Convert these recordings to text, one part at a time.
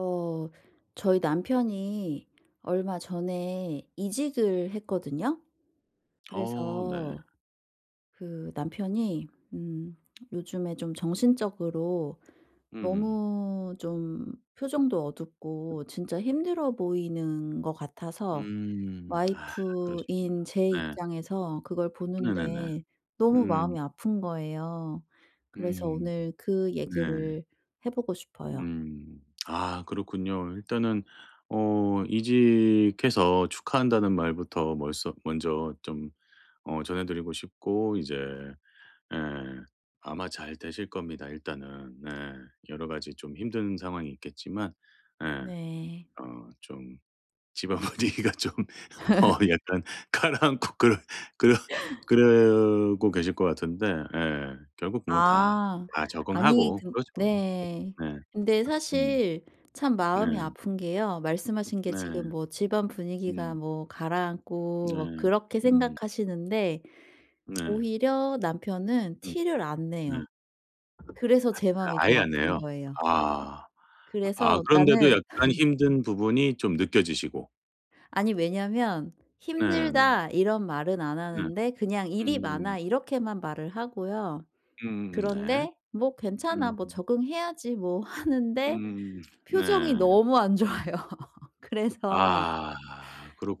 어 저희 남편이 얼마 전에 이직을 했거든요. 어 네. 그래서 그 남편이 음 요즘에 좀 정신적으로 음음. 너무 좀 표정도 어둡고 진짜 힘들어 보이는 것 같아서 음. 아 그러시군요. 와이프인 제 네. 입장에서 그걸 네네네. 보는데 너무 음. 마음이 아픈 거예요. 그래서 음. 오늘 그 네. 얘기를 해 보고 싶어요. 음. 아 그렇군요. 일단은 이직해서 축하한다는 말부터 멀서 먼저 좀 전해 드리고 싶고 이제 예 아마 잘 되실 겁니다 일단은. 네. 여러 가지 좀 힘든 상황이 있겠지만 예 네. 어좀 집안 분위기가 좀 약간 가라앉고 그러 그러고 계실 것 같은데 예. 결국 뭐 다 아. 아니, 적응하고 근 그러죠. 네. 네. 근데 음. 사실 참 네. 마음이 아픈 게요. 말씀하신 게 지금 네. 뭐 집안 분위기가 음. 뭐 네. 가라앉고 뭐 그렇게 음. 생각하시는데 네. 오히려 남편은 음. 티를 안 네. 내요. 그래서 아 제 티를 마음이 아예 더 안 아픈 내요? 거예요. 아. 아 그래서 그런데도 그러니까는, 약간 힘든 부분이 좀 느껴지시고. 아니 왜냐면 네네. 네. "힘들다." 이런 말은 안 네. 하는데 그냥 "일이 음. 많아." 이렇게만 말을 하고요. 음음 네. 그런데 뭐 "괜찮아. 음. 뭐 적응해야지 뭐." 하는데 음. 네. 표정이 너무 안 좋아요. 그래서 아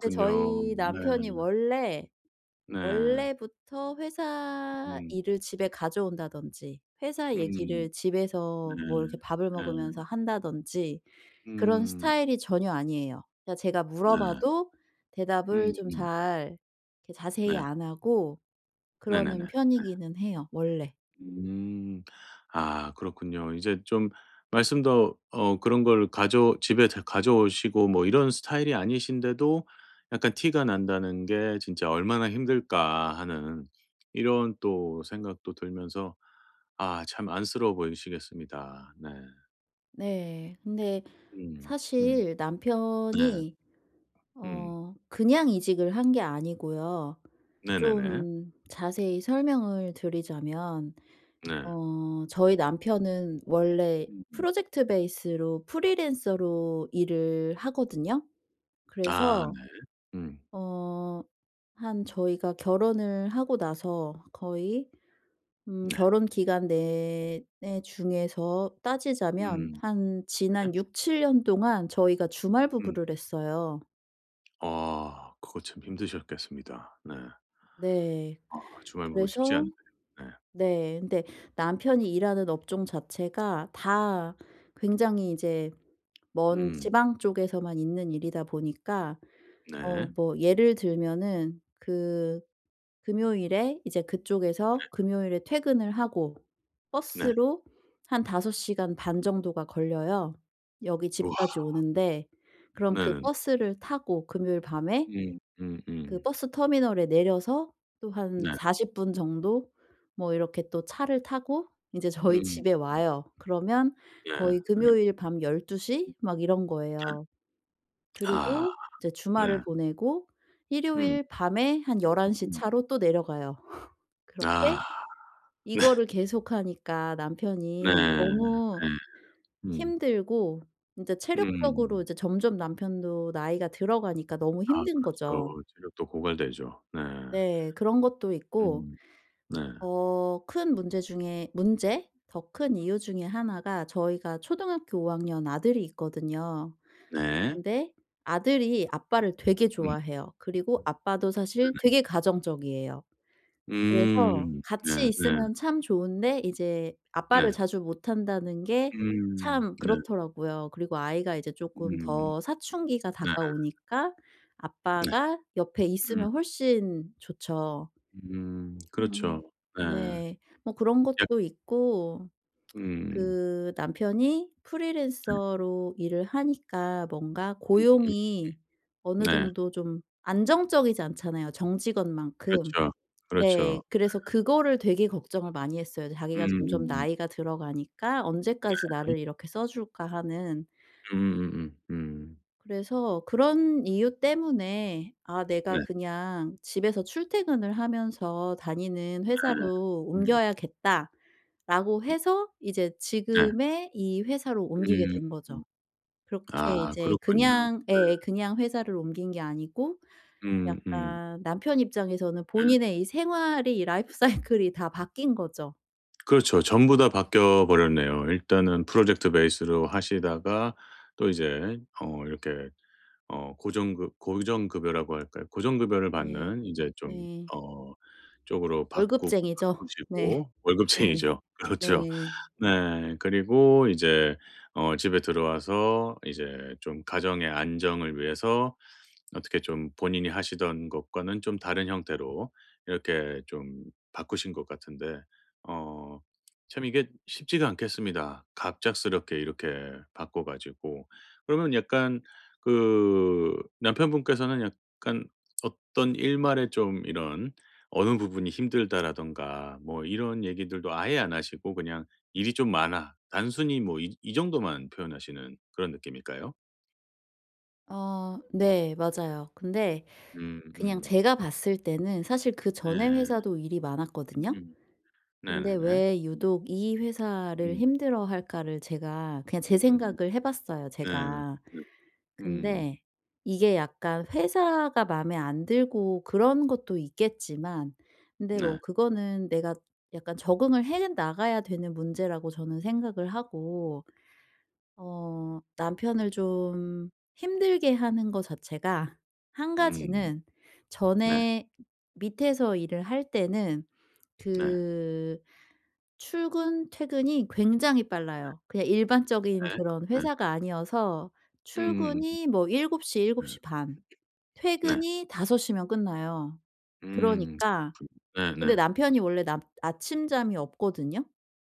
근데 저희 남편이 네. 원래 네. 원래부터 회사 음. 일을 집에 가져온다든지 회사 음. 얘기를 네. 집에서 뭐 이렇게 밥을 네. 먹으면서 한다든지 그런 음. 스타일이 전혀 아니에요. 그러니까 제가 네. 물어봐도 대답을 좀 음음. 잘 이렇게 자세히 네. 안 하고 그러는 네네네. 편이기는 해요 원래. 음. 아 그렇군요. 이제 좀 말씀도 그런 걸 가져 집에 다 가져오시고 뭐 이런 스타일이 아니신데도 약간 티가 난다는 게 진짜 '얼마나 힘들까.' 하는 이런 또 생각도 들면서 아 참 안쓰러워 보이시겠습니다. 네. 네. 근데 음. 음. 사실 네. 남편이 음. 그냥 이직을 한 게 아니고요. 네네네. 좀 자세히 설명을 드리자면 네. 저희 남편은 원래 음음. 프로젝트 베이스로 프리랜서로 일을 하거든요. 아 그래서 네. 음. 어 한 저희가 결혼을 하고 나서 거의 네. 결혼 기간 내내 중에서 따지자면 음. 한 지난 육칠 년 동안 저희가 주말 음. 부부를 했어요. 아 그거 참 힘드셨겠습니다. 네. 네. 아 주말 보고 쉽지 않 그래서 네요 네. 네. 근데 남편이 일하는 업종 자체가 다 굉장히 이제 먼 음. 지방 쪽에서만 있는 일이다 보니까 네. 뭐 예를 들면은 그 금요일에 이제 그쪽에서 금요일에 퇴근을 하고 네. 버스로 한 5 시간 반 정도가 걸려요, 여기 우와. 집까지 오는데. 그럼 그 네네네. 버스를 타고 금요일 밤에 음. 그 버스 터미널에 내려서 또 네. 한 40분 정도 뭐 이렇게 또 차를 타고 이제 저희 음. 집에 와요. 그러면 네 거의 금요일 밤 12시 막 이런 거예요. 아 그리고 이제 네. 주말을 보내고 음. 일요일 밤에 한 11시 음. 차로 또 내려가요. 그렇게 아 이거를 계속하니까 네. 남편이 너무 네. 음. 힘들고 인제 체력적으로 음. 이제 점점 남편도 나이가 들어가니까 너무 아 힘든 거죠. 그렇죠. 체력도 고갈되죠. 네. 네. 그런 것도 있고 음. 네. 어 큰 문제 중에 문제? 더 큰 이유 중에 하나가 저희가 초등학교 5 학년 아들이 있거든요. 네. 근데 아들이 아빠를 되게 음. 좋아해요. 그리고 아빠도 사실 되게 가정적이에요. 그래서 음. 네. 같이 네. 있으면 참 좋은데 이제 아빠를 네. 자주 못 한다는 게 음. 참 네. 그렇더라고요. 그리고 아이가 이제 조금 음. 더 사춘기가 네. 네. 다가오니까 네. 아빠가 옆에 음. 있으면 훨씬 좋죠. 음. 그렇죠. 음. 네. 네. 뭐 그런 약 것도 있고 음. 그 남편이 네. 프리랜서로 일을 하니까 뭔가 고용이 어느 네. 정도 좀 안정적이지 않잖아요, 정직원만큼. 그렇죠. 그렇죠. 네. 그래서 그거를 되게 걱정을 많이 했어요. 자기가 점점 음음음. 나이가 들어가니까 '언제까지 네. 나를 이렇게 써 줄까.' 하는. 음. 그래서 그런 이유 때문에 '아 내가 네네. 그냥 집에서 출퇴근을 하면서 다니는 회사로 음. 음. 옮겨야겠다.' 라고 해서 이제 네. 네. 음. 네. 지금의 이 회사로 옮기게 음. 된 거죠. 그렇게 아 이제 그렇군요. 그냥, 네. 예, 그냥 회사를 옮긴 게 아니고 음 음. 약간 남편 입장에서는 네. 본인의 이 생활이 이 라이프 사이클이 다 바뀐 거죠. 그렇죠. 전부 다 바뀌어 버렸네요. 일단은 프로젝트 베이스로 하시다가 또 이제 이렇게 어 고정급 고정급여라고 할까요? 고정급여를 네. 받는 이제 좀 네. 어 쪽으로 바꾸 월급쟁이죠. 네. 바꾸시고 네. 월급쟁이죠. 그렇죠. 네. 네. 그리고 이제 집에 들어와서 이제 좀 가정의 안정을 위해서 어떻게 좀 본인이 하시던 것과는 좀 다른 형태로 이렇게 좀 바꾸신 것 같은데 어 참 이게 쉽지가 않겠습니다. 갑작스럽게 이렇게 바꿔 가지고. 그러면 약간 그 남편분께서는 약간 어떤 일말에 좀 이런 어느 부분이 힘들다라든가 뭐 이런 얘기들도 아예 안 하시고 그냥 "일이 좀 많아." 단순히 뭐 이 정도만 표현하시는 그런 느낌일까요? 네. 맞아요. 근데 음 그냥 음. 제가 봤을 때는 사실 네. 그전에 회사도 일이 많았거든요. 음음. 근데 네네네. 왜 유독 이 회사를 음. 힘들어할까를 제가 그냥 제 음. 생각을 해 봤어요 네. 제가. 네. 음. 근데 이게 약간 회사가 마음에 안 들고 그런 것도 있겠지만 근데 뭐 네. 그거는 내가 약간 적응을 해 나가야 되는 문제라고 저는 생각을 하고 남편을 좀 힘들게 하는 것 자체가 한 음. 가지는 네. 전에 밑에서 일을 할 때는 네. 그 출근 퇴근이 굉장히 빨라요. 그냥 일반적인 네. 그런 네. 회사가 아니어서 음음음. 출근이 뭐7시일 네. 7시 반, 네. 퇴근이 5섯시면 끝나요. 음. 그러니까 근데 네네. 남편이 원래 남 아침잠이 없거든요.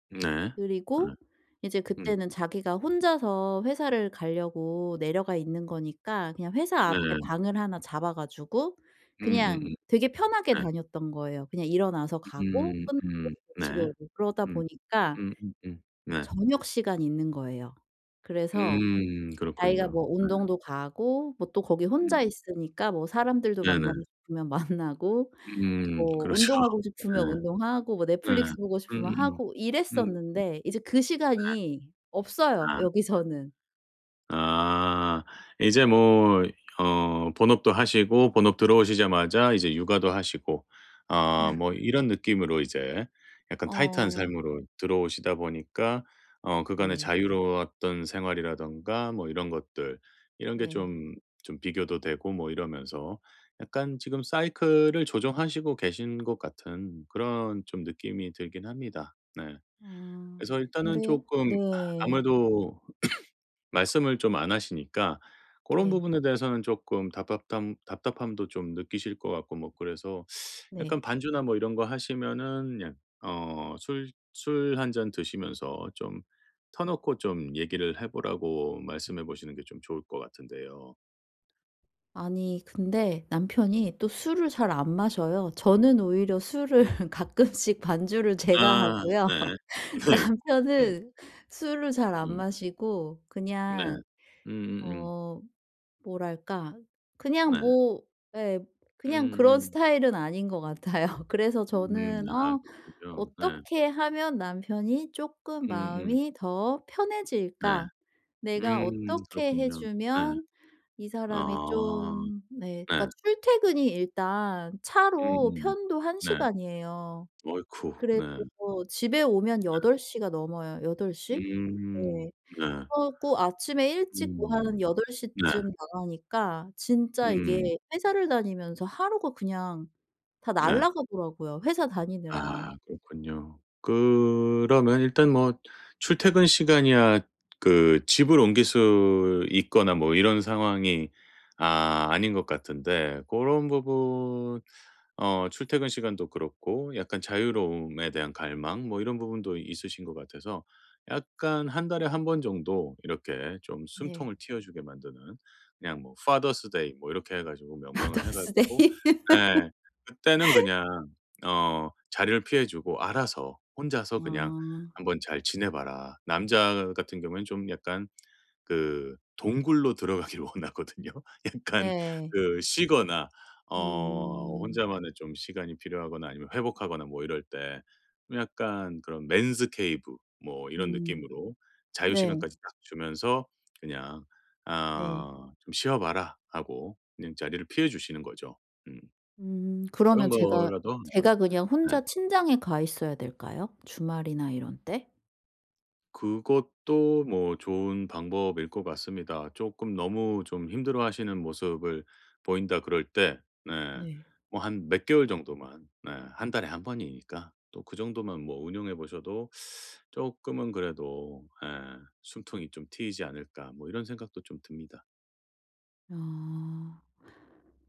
네. 네. 그리고 이제 음. 그때는 자기가 혼자서 회사를 가려고 내려가 있는 거니까 그냥 회사 앞에 네. 방을 하나 잡아 가지고 음음음. 그냥 되게 편하게 네. 다녔던 거예요. 그냥 일어나서 가고 음. 끝나고 음. 집에 네. 오고 그러다 음. 보니까 네. 저녁 시간이 있는 거예요. 그래서 음. 자기가 그렇군요. 뭐 음. 운동도 가고 뭐 또 네. 거기 네 혼자 있으니까 뭐 사람들도 네네. 만나고 싶으면 만나고 음. 뭐 그렇죠. 운동하고 싶으면 운동하고 뭐 네. 네. 넷플릭스 보고 싶으면 음음음. 하고 음. 이랬었는데 이제 그 시간이 없어요, 아. 여기서는. 아. 이제 뭐 본업도 하시고 본업 들어오시자마자 이제 육아도 하시고 아 뭐 이런 느낌으로 이제 약간 타이트한 어 삶으로 들어오시다 보니까 그간의 네. 자유로웠던 생활이라든가 뭐 이런 것들 이런 게 네. 좀 비교도 되고 뭐 이러면서 약간 지금 사이클을 조정하시고 계신 것 같은 그런 좀 느낌이 들긴 합니다. 네. 아, 그래서 일단은 근데 조금 아, 네. 아무래도 말씀을 좀 안 하시니까 그런 네. 부분에 대해서는 조금 답답함도 좀 느끼실 것 같고 뭐 그래서 네. 약간 반주나 뭐 이런 거 하시면은 그냥 술 한 잔 드시면서 좀 터 놓고 좀 얘기를 해 보라고 말씀해 보시는 게 좀 좋을 것 같은데요. 아니 근데 남편이 또 술을 잘 안 마셔요. 저는 오히려 술을 가끔씩 반주를 제가 아 하고요. 네. 네. 음. 남편은 술을 잘 안 음. 마시고 네. 그냥, 음음음. 어 뭐랄까. 네. 그냥 뭐, 예, 그냥 음음. 그런 음. 스타일은 아닌 것 같아요. 그래서 음, 저는 아 그렇군요. 네. 어떻게 하면 남편이 조금 음음. 마음이 더 네. 편해질까? 내가 음. 어떻게 해 그렇군요. 네. 주면 이 사람이 아. 좀, 네, 네. 그러니까 출퇴근이 일단 음. 차로 음. 편도 한 네. 시간이에요. 어이쿠. 그래서 네. 집에 오면 여덟 시가 넘어요. 여덟 시? 음. 네. 네. 하고 아침에 일찍 뭐 음. 한8덟시 네. 쯤 나가니까 진짜 음. 이게 회사를 다니면서 하루가 그냥 다 네. 날아가더라고요, 회사 다니느라. 아 그렇군요. 그러면 일단 뭐 출퇴근 시간이야 그 집을 옮길 수 있거나 뭐 이런 상황이 아 아닌 것 같은데 그런 부분 출퇴근 시간도 그렇고 약간 자유로움에 대한 갈망 뭐 이런 부분도 있으신 것 같아서 약간 한 달에 한 번 정도 이렇게 좀 네. 숨통을 틔워 주게 만드는 그냥 뭐 파더스 데이 뭐 이렇게 해 가지고 명명을 해 마더스 가지고 데이. 네 그때는 그냥 자리를 피해 주고 알아서 혼자서 그냥 아. "한번 잘 지내 봐라." 남자 같은 경우에는 좀 약간 그 동굴로 들어가길 원하거든요. 약간 네. 그 쉬거나 음. 혼자만의 좀 시간이 필요하거나 아니면 회복하거나 뭐 이럴 때 약간 그런 맨스 케이브 뭐 이런 음. 느낌으로 자유 네. 시간까지 딱 주면서 그냥 네. "아 좀 쉬어 봐라." 하고 그냥 자리를 피해 주시는 거죠. 음. 그런 그러면 제가 거라도 한번 제가 그냥 네. 혼자 친장에 가 있어야 될까요? 주말이나 이런 때? 그것도 뭐 좋은 방법일 것 같습니다. 조금 너무 좀 힘들어하시는 모습을 보인다 그럴 때 네 네. 뭐 한 몇 개월 정도만 네 한 달에 한 번이니까 또 그 정도만 뭐 운용해 보셔도 조금은 그래도 예 '숨통이 좀 트이지 않을까.' 뭐 이런 생각도 좀 듭니다. 아.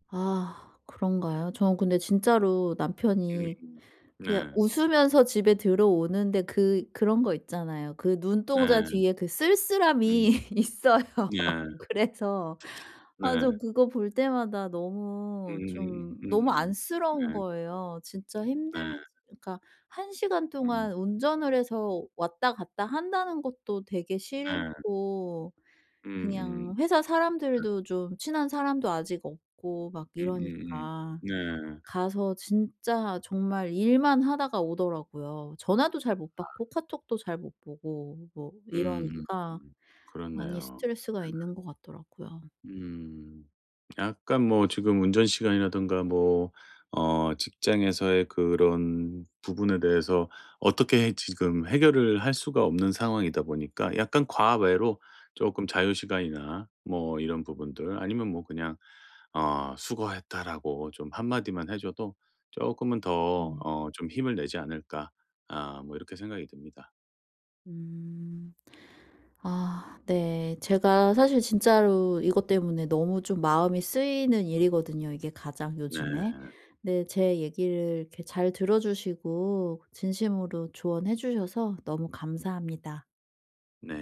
아 그런가요? 저 근데 진짜로 음 남편이 그냥 네. 웃으면서 집에 들어오는데 그런 거 있잖아요. 그 눈동자 네. 뒤에 그 쓸쓸함이 음. 있어요. 네. 그래서 아 네. 저 그거 볼 때마다 너무 음 좀 너무 음 안쓰러운 네. 거예요. 진짜 네. 힘들 그러니까 한 시간 음. 동안 운전을 해서 왔다 갔다 한다는 것도 되게 네. 싫고 음음. 그냥 회사 네. 사람들도 좀 친한 사람도 아직 없고 막 음음음. 이러니까 네. 가서 진짜 정말 일만 하다가 오더라고요. 전화도 잘 못 받고 카톡도 잘 못 보고 뭐 음. 이러니까 음. 많이 그렇네요. 스트레스가 있는 것 같더라고요. 음. 약간 뭐 지금 운전 시간이라든가 뭐 직장에서의 그런 부분에 대해서 어떻게 해 지금 해결을 할 수가 없는 상황이다 보니까 약간 과외로 조금 자유 시간이나 뭐 이런 부분들 아니면 뭐 그냥 "수고했다."라고 좀 한마디만 해 줘도 조금은 더 음. 좀 힘을 내지 않을까. 아 뭐 이렇게 생각이 듭니다. 음. 아 네. 제가 사실 진짜로 이것 때문에 너무 좀 마음이 쓰이는 일이거든요, 이게 가장 네. 요즘에. 네. 제 얘기를 이렇게 잘 들어 주시고 진심으로 조언해 주셔서 너무 감사합니다. 네.